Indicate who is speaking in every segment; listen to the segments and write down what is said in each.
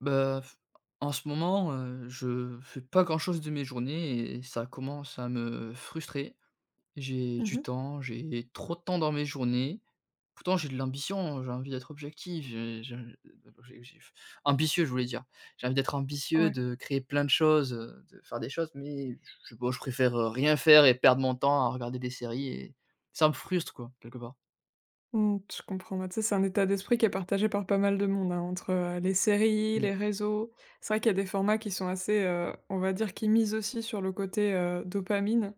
Speaker 1: Bah, f- En ce moment, je fais pas grand-chose de mes journées et ça commence à me frustrer. J'ai
Speaker 2: Mmh
Speaker 1: du
Speaker 2: mh.
Speaker 1: temps, j'ai trop de temps dans mes journées. Pourtant, j'ai de l'ambition, j'ai envie d'être objectif, j'ai- j'ai- ambitieux, je voulais dire. J'ai envie d'être ambitieux,
Speaker 2: Ouais.
Speaker 1: de créer plein de choses, de faire des choses, mais je, bon, je préfère rien faire et perdre mon temps à regarder des séries et ça me frustre, quoi, quelque part.
Speaker 2: Mmh, je comprends. Bah, tu sais, c'est un état d'esprit qui est partagé par pas mal de monde, hein, entre, les séries, les réseaux. C'est vrai qu'il y a des formats qui sont assez, on va dire, qui misent aussi sur le côté, dopamine.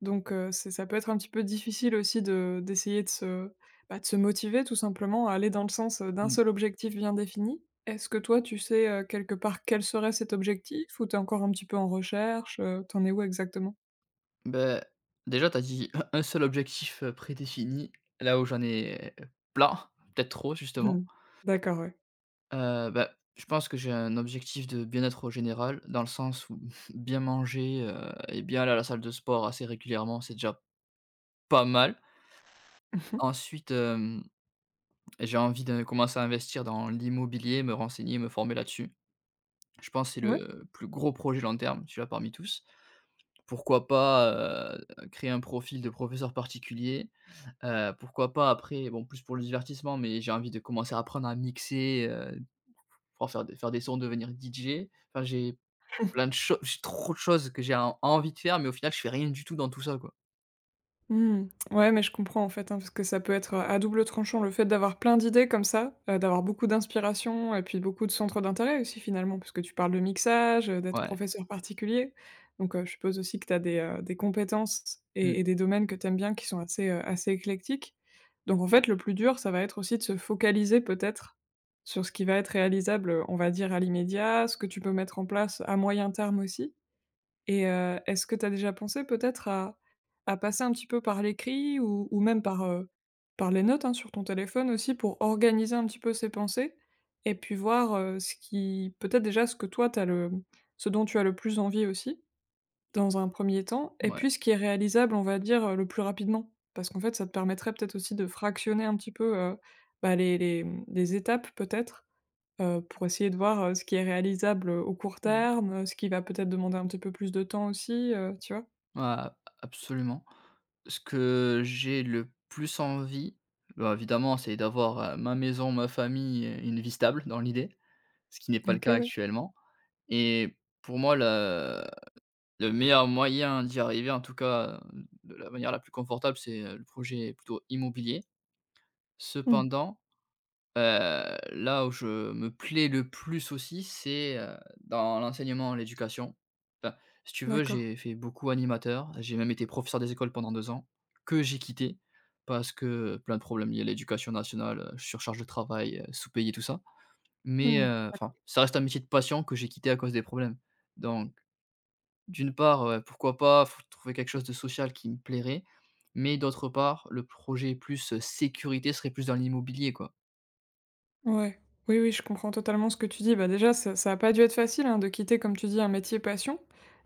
Speaker 2: Donc, c'est ça peut être un petit peu difficile aussi de d'essayer de se, bah, de se motiver tout simplement à aller dans le sens, d'un
Speaker 1: Mm,
Speaker 2: seul objectif bien défini. Est-ce que toi, tu sais, quelque part quel serait cet objectif ou tu es encore un petit peu en recherche, tu en es où exactement?
Speaker 1: Beh, Déjà, t'as dit un seul objectif, prédéfini, là où j'en ai plein, peut-être trop justement.
Speaker 2: Mmh. D'accord, ouais.
Speaker 1: Je pense que j'ai un objectif de bien-être au général, dans le sens où bien manger, et bien aller à la salle de sport assez régulièrement, c'est déjà pas mal. Ensuite, j'ai envie de commencer à investir dans l'immobilier, me renseigner, me former là-dessus. Je pense que c'est
Speaker 2: Mmh mh. Ouais.
Speaker 1: le plus gros projet long terme, celui-là parmi tous. Pourquoi pas, heu, créer un profil de professeur particulier. Pourquoi pas après, bon plus pour le divertissement, mais j'ai envie de commencer à apprendre à mixer, pouvoir faire des sons, devenir DJ. Enfin j'ai plein de choses j'ai trop de choses que j'ai en envie de faire, mais au final je fais rien du tout dans tout ça quoi.
Speaker 2: Mmh. Ouais, mais je comprends en fait, hein, parce que ça peut être, à double tranchant le fait d'avoir plein d'idées comme ça, d'avoir beaucoup d'inspiration et puis beaucoup de centres d'intérêt aussi finalement, puisque tu parles de mixage, d'être
Speaker 1: Ouais.
Speaker 2: professeur particulier. Donc, je suppose aussi que tu as des compétences et
Speaker 1: Mmh.
Speaker 2: et des domaines que tu aimes bien qui sont assez, assez éclectiques. Donc en fait, le plus dur, ça va être aussi de se focaliser peut-être sur ce qui va être réalisable, on va dire à l'immédiat, ce que tu peux mettre en place à moyen terme aussi. Et est-ce que tu as déjà pensé peut-être à passer un petit peu par l'écrit ou même par, par les notes, hein, sur ton téléphone aussi pour organiser un petit peu ses pensées et puis voir, ce qui peut-être déjà ce que toi t'as le ce dont tu as le plus envie aussi, dans un premier temps et
Speaker 1: Ouais.
Speaker 2: puis ce qui est réalisable, on va dire, le plus rapidement? Parce qu'en fait, ça te permettrait peut-être aussi de fractionner un petit peu, bah, les étapes peut-être. Pour essayer de voir, ce qui est réalisable, au court
Speaker 1: Mmh.
Speaker 2: terme, ce qui va peut-être demander un petit peu plus de temps aussi, tu vois?
Speaker 1: Ouais, absolument. Ce que j'ai le plus envie, bah, évidemment c'est d'avoir, ma maison, ma famille et une vie stable dans l'idée, ce qui n'est pas le
Speaker 2: OK,
Speaker 1: cas
Speaker 2: ouais.
Speaker 1: actuellement et pour moi le meilleur moyen d'y arriver, en tout cas, de la manière la plus confortable, c'est, le projet plutôt immobilier.
Speaker 2: Mmh.
Speaker 1: Cependant, là où je me plais le plus aussi, c'est, dans l'enseignement, l'éducation. Enfin, si tu veux,
Speaker 2: D'accord.
Speaker 1: j'ai fait beaucoup animateur, j'ai même été professeur des écoles pendant 2 ans, que j'ai quitté parce que, plein de problèmes liés à l'éducation nationale, surcharge de travail, sous-payé, tout ça. Mais,
Speaker 2: Mmh.
Speaker 1: enfin,
Speaker 2: D'accord.
Speaker 1: ça reste un métier de passion que j'ai quitté à cause des problèmes. Donc d'une part, pourquoi pas, faut trouver quelque chose de social qui me plairait, mais d'autre part, le projet plus, sécurité serait plus dans l'immobilier, quoi.
Speaker 2: Ouais. Oui, oui, je comprends totalement ce que tu dis. Bah, déjà, ça a pas dû être facile, hein, de quitter, comme tu dis, un métier passion,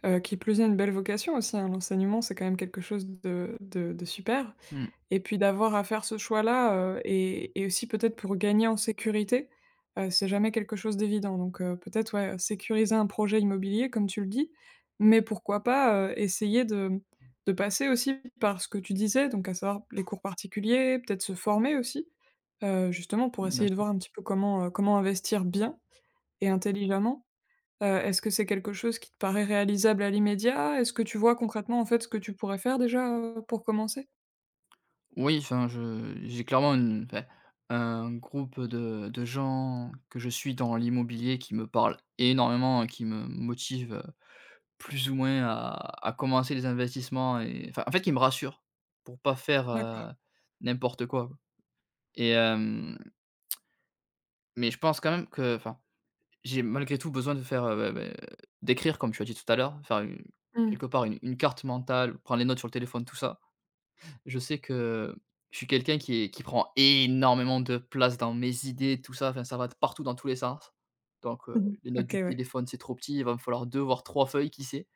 Speaker 2: qui plus est une belle vocation aussi, hein. L'enseignement, c'est quand même quelque chose de super.
Speaker 1: Mmh,
Speaker 2: Et puis d'avoir à faire ce choix-là, et aussi peut-être pour gagner en sécurité, c'est jamais quelque chose d'évident. Donc peut-être, ouais, sécuriser un projet immobilier comme tu le dis, mais pourquoi pas, essayer de passer aussi par ce que tu disais, donc à savoir les cours particuliers, peut-être se former aussi, justement pour
Speaker 1: bien
Speaker 2: essayer de
Speaker 1: sûr.
Speaker 2: voir un petit peu comment investir bien et intelligemment. Est-ce que c'est quelque chose qui te paraît réalisable à l'immédiat? Est-ce que tu vois concrètement, en fait, ce que tu pourrais faire déjà, pour commencer?
Speaker 1: Oui, enfin, je j'ai clairement une enfin, un groupe, de gens que je suis dans l'immobilier qui me parlent énormément et qui me motive plus ou moins à commencer les investissements et enfin, en fait, qui me rassure pour pas faire,
Speaker 2: D'accord.
Speaker 1: n'importe quoi, quoi et hem, mais je pense quand même que enfin j'ai malgré tout besoin de faire, d'écrire comme tu as dit tout à l'heure, faire une
Speaker 2: Mmh.
Speaker 1: quelque part une carte mentale, prendre les notes sur le téléphone, tout ça. Je sais que je suis quelqu'un qui est qui prend énormément de place dans mes idées, tout ça, enfin, ça va de partout dans tous les sens. Donc
Speaker 2: Mmh.
Speaker 1: les notes
Speaker 2: OK,
Speaker 1: du
Speaker 2: ouais.
Speaker 1: téléphone, c'est trop petit, il va me falloir 2 voire 3 feuilles, qui sait?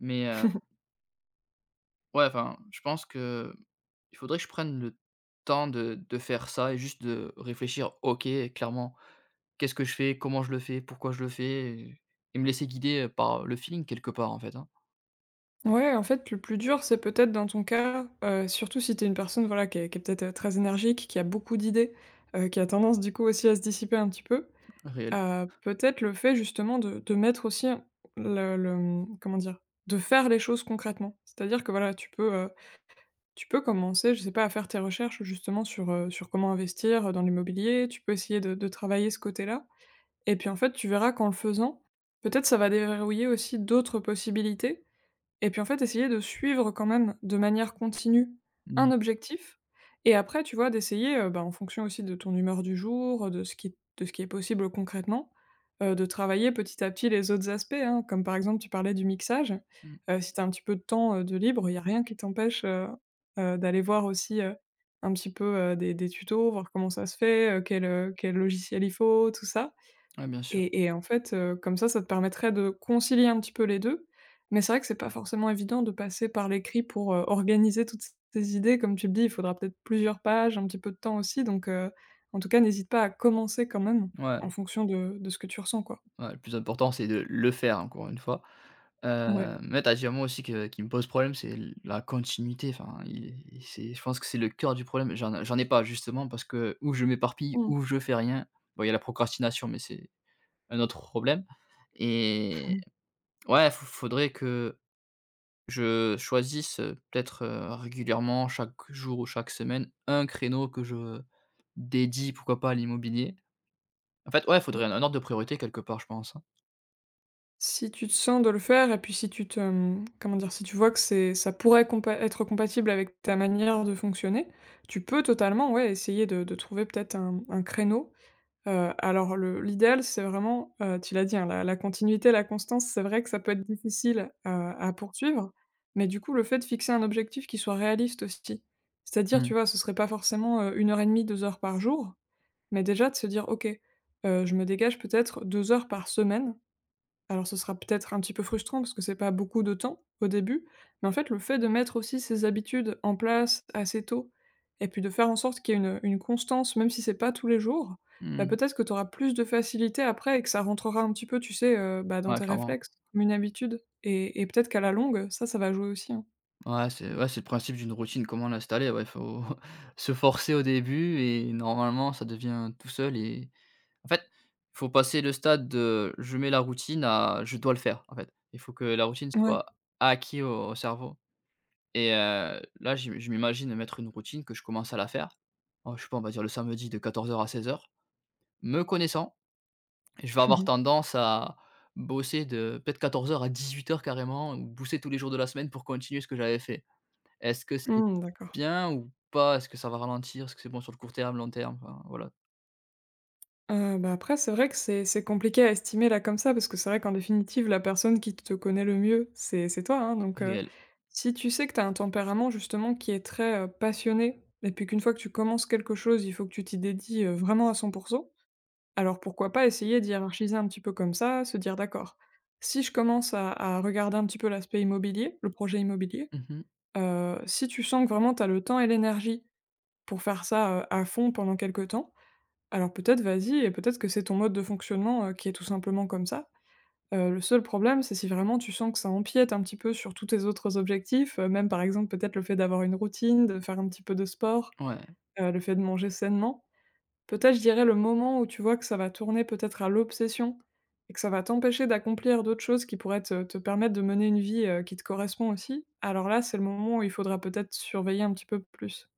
Speaker 1: Mais ouais, enfin, je pense que il faudrait que je prenne le temps de faire ça et juste de réfléchir, OK, clairement, qu'est-ce que je fais? Comment je le fais? Pourquoi je le fais? Et me laisser guider, par le feeling quelque part, en fait, hein,
Speaker 2: Ouais, en fait, le plus dur, c'est peut-être dans ton cas, surtout si t'es une personne, voilà, qui est peut-être, très énergique, qui a beaucoup d'idées, qui a tendance, du coup, aussi à se dissiper un petit peu,
Speaker 1: réel.
Speaker 2: peut-être le fait justement de mettre aussi comment dire? De faire les choses concrètement. C'est-à-dire que, voilà, tu peux, tu peux commencer, je sais pas, à faire tes recherches justement sur comment investir, dans l'immobilier, tu peux essayer de travailler ce côté-là et puis, en fait, tu verras qu'en le faisant, peut-être ça va déverrouiller aussi d'autres possibilités. Et puis, en fait, essayer de suivre quand même de manière continue un
Speaker 1: Mmh,
Speaker 2: objectif et après, tu vois, d'essayer, bah, en fonction aussi de ton humeur du jour, de ce qui est possible concrètement, de travailler petit à petit les autres aspects, hein. Comme par exemple, tu parlais du mixage,
Speaker 1: mmh.
Speaker 2: si tu as un petit peu de temps, de libre, il y a rien qui t'empêche, d'aller voir aussi, un petit peu, des tutos, voir comment ça se fait, quel logiciel il faut, tout ça.
Speaker 1: Ouais, bien sûr.
Speaker 2: Et en fait, comme ça te permettrait de concilier un petit peu les 2. Mais c'est vrai que c'est pas forcément évident de passer par l'écrit pour, organiser toutes ces idées. Comme tu le dis, il faudra peut-être plusieurs pages, un petit peu de temps aussi. Donc, en tout cas, n'hésite pas à commencer quand même, en
Speaker 1: Ouais,
Speaker 2: fonction de ce que tu ressens, quoi.
Speaker 1: ouais, le plus important, c'est de le faire, encore une fois.
Speaker 2: Ouais.
Speaker 1: Mais tu as dit un mot aussi que qui me pose problème, c'est l la continuité, enfin, c'est je pense que c'est le cœur du problème. J'en ai pas, justement, parce que où je m'éparpille
Speaker 2: Mmh.
Speaker 1: où je fais rien. Bon, il y a la procrastination, mais c'est un autre problème et ouais, il faudrait que je choisisse, peut-être, régulièrement chaque jour ou chaque semaine, un créneau que je dédie, pourquoi pas, à l'immobilier. En fait, ouais, il
Speaker 2: Oui.
Speaker 1: faudrait un ordre de priorité quelque part, je pense, hein.
Speaker 2: Si tu te sens de le faire et puis si comment dire? Si tu vois que c'est ça pourrait compa être compatible avec ta manière de fonctionner, tu peux totalement, ouais, essayer de trouver peut-être un créneau. Alors le l'idéal, c'est vraiment, tu l'as dit, hein, la continuité, la constance, c'est vrai que ça peut être difficile, à poursuivre, mais du coup, le fait de fixer un objectif qui soit réaliste aussi. C'est-à-dire, tu
Speaker 1: Mmh.
Speaker 2: vois, ce serait pas forcément, 1 heure et demie, 2 heures par jour, mais déjà de se dire: «OK, je me dégage peut-être 2 heures par semaine, alors ce sera peut-être un petit peu frustrant parce que c'est pas beaucoup de temps au début, mais en fait le fait de mettre aussi ces habitudes en place assez tôt et puis de faire en sorte qu'il y ait une constance, même si c'est pas tous les jours, bah,
Speaker 1: Mmh.
Speaker 2: peut-être que tu auras plus de facilité après et que ça rentrera un petit peu, tu sais, bah, dans
Speaker 1: Ouais,
Speaker 2: tes
Speaker 1: clairement.
Speaker 2: réflexes, comme une habitude. Et peut-être qu'à la longue, ça va jouer aussi, hein.
Speaker 1: Ouais, c'est le principe d'une routine, comment l'installer? Ouais, faut se forcer au début et normalement, ça devient tout seul et en fait, il faut passer le stade de «je mets la routine» à «je dois le faire», en fait. Il faut que la routine
Speaker 2: Ouais.
Speaker 1: soit acquis au cerveau. Et là, je m'imagine mettre une routine que je commence à la faire. Oh, je sais pas, on va dire le samedi de 14 heures à 16 heures. Me connaissant, je vais avoir tendance à bosser de peut-être 14 heures à 18 heures carrément ou bosser tous les jours de la semaine pour continuer ce que j'avais fait. Est-ce que c'est
Speaker 2: Hmm, d'accord.
Speaker 1: bien ou pas? Est-ce que ça va ralentir? Est-ce que c'est bon sur le court terme, long terme? Enfin, voilà,
Speaker 2: Bah, après c'est vrai que c'est compliqué à estimer là comme ça, parce que c'est vrai qu'en définitive la personne qui te connaît le mieux, c'est toi, hein, donc
Speaker 1: réel.
Speaker 2: si tu sais que tu as un tempérament justement qui est très, passionné et puis qu'une fois que tu commences quelque chose, il faut que tu t'y dédies, vraiment à 100%. Alors pourquoi pas essayer d'hiérarchiser un petit peu comme ça, se dire: «D'accord, si je commence à regarder un petit peu l'aspect immobilier, le projet immobilier»,
Speaker 1: Mmh.
Speaker 2: si tu sens que vraiment tu as le temps et l'énergie pour faire ça, à fond pendant quelque temps, alors peut-être vas-y et peut-être que c'est ton mode de fonctionnement, qui est tout simplement comme ça. Le seul problème, c'est si vraiment tu sens que ça empiète un petit peu sur tous tes autres objectifs, même par exemple peut-être le fait d'avoir une routine, de faire un petit peu de sport,
Speaker 1: Ouais.
Speaker 2: le fait de manger sainement. Peut-être je dirais le moment où tu vois que ça va tourner peut-être à l'obsession et que ça va t'empêcher d'accomplir d'autres choses qui pourraient te permettre de mener une vie, qui te correspond aussi. Alors là, c'est le moment où il faudra peut-être surveiller un petit peu plus.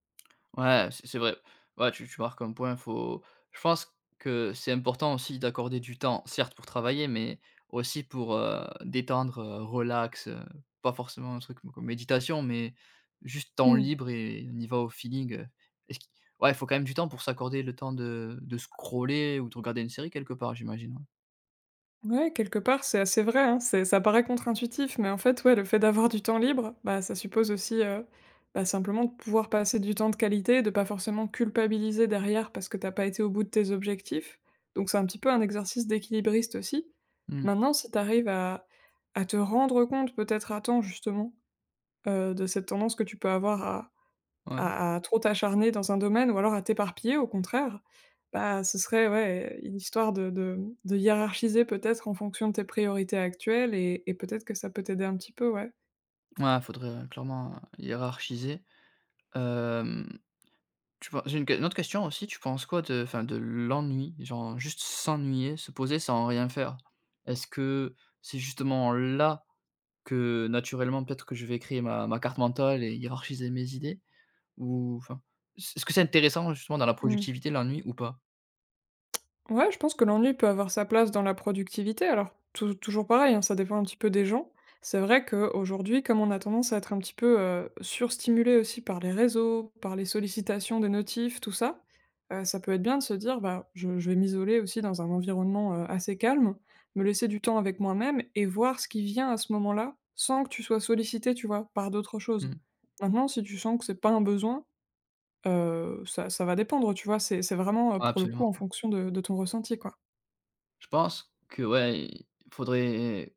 Speaker 1: Ouais, c'est vrai. Ouais, tu marques un point, faut je pense que c'est important aussi d'accorder du temps, certes pour travailler, mais aussi pour, détendre, relax, pas forcément un truc comme méditation, mais juste temps libre et on y va au feeling. Est-ce qui Ouais, il faut quand même du temps pour s'accorder le temps de scroller ou de regarder une série quelque part, j'imagine, ouais.
Speaker 2: Ouais, quelque part, c'est assez vrai, hein. C'est Ça paraît contre-intuitif, mais en fait, ouais, le fait d'avoir du temps libre, bah, ça suppose aussi, bah, simplement de pouvoir passer du temps de qualité, de pas forcément culpabiliser derrière parce que t'as pas été au bout de tes objectifs. Donc c'est un petit peu un exercice d'équilibriste aussi.
Speaker 1: Mmh.
Speaker 2: Maintenant, si t'arrives à te rendre compte peut-être à temps justement, de cette tendance que tu peux avoir à
Speaker 1: Ouais.
Speaker 2: à à trop t'acharner dans un domaine ou alors à t'éparpiller au contraire, bah, ce serait ouais, une histoire de hiérarchiser peut-être en fonction de tes priorités actuelles et peut-être que ça peut t'aider un petit peu, ouais.
Speaker 1: Ouais, faudrait, clairement hiérarchiser. Tu pen J'ai une autre question aussi, tu penses quoi de enfin de l'ennui? Genre juste s'ennuyer, se poser sans rien faire. Est-ce que c'est justement là que naturellement peut-être que je vais créer ma carte mentale et hiérarchiser mes idées? Ou enfin, est-ce que c'est intéressant justement dans la
Speaker 2: Mmh.
Speaker 1: productivité l'ennui ou pas?
Speaker 2: Ouais, je pense que l'ennui peut avoir sa place dans la productivité. Alors, toujours pareil, hein, ça dépend un petit peu des gens. C'est vrai qu'aujourd'hui, comme on a tendance à être un petit peu, surstimulé aussi par les réseaux, par les sollicitations des notifs, tout ça, ça peut être bien de se dire: «Bah, je vais m'isoler aussi dans un environnement, assez calme, me laisser du temps avec moi-même et voir ce qui vient à ce moment-là, sans que tu sois sollicité», tu vois? Par d'autres choses.
Speaker 1: Mmh.
Speaker 2: Maintenant, si tu sens que c'est pas un besoin, ça va dépendre, tu vois? C'est vraiment,
Speaker 1: Ouais,
Speaker 2: pour le coup,
Speaker 1: absolument.
Speaker 2: en fonction de ton ressenti, quoi.
Speaker 1: Je pense que ouais, il faudrait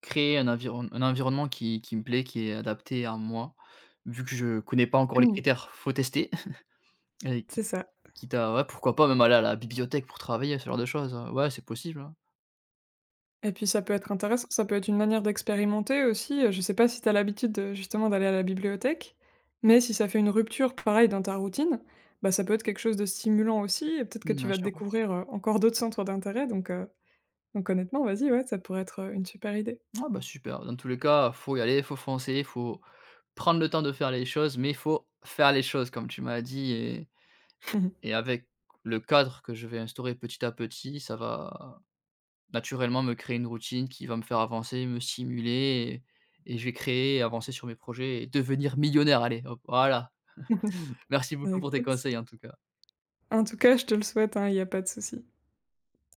Speaker 1: créer un environnement qui me plaît, qui est adapté à moi. Vu que je connais pas encore les
Speaker 2: Mmh.
Speaker 1: critères, faut tester
Speaker 2: C'est ça.
Speaker 1: Quitte à ouais, pourquoi pas même aller à la bibliothèque pour travailler, ce genre de choses, ouais, c'est possible, hein.
Speaker 2: Et puis ça peut être intéressant, ça peut être une manière d'expérimenter aussi, je sais pas si tu as l'habitude, justement d'aller à la bibliothèque, mais si ça fait une rupture, pareil, dans ta routine, bah, ça peut être quelque chose de stimulant aussi et peut-être que
Speaker 1: Mmh,
Speaker 2: tu
Speaker 1: bien
Speaker 2: vas
Speaker 1: sûr.
Speaker 2: découvrir, encore d'autres centres d'intérêt donc honnêtement, vas-y, ouais, ça pourrait être, une super idée.
Speaker 1: Ah bah, super. Dans tous les cas, faut y aller, faut foncer, faut prendre le temps de faire les choses, mais il faut faire les choses comme tu m'as dit et avec le cadre que je vais instaurer petit à petit, ça va naturellement me créer une routine qui va me faire avancer, me stimuler et je vais créer avancer sur mes projets et devenir millionnaire, allez, hop, voilà. Merci
Speaker 2: Bah,
Speaker 1: beaucoup pour tes
Speaker 2: écoute,
Speaker 1: conseils, en tout cas.
Speaker 2: en tout cas, je te le souhaite, hein, il y a pas de souci.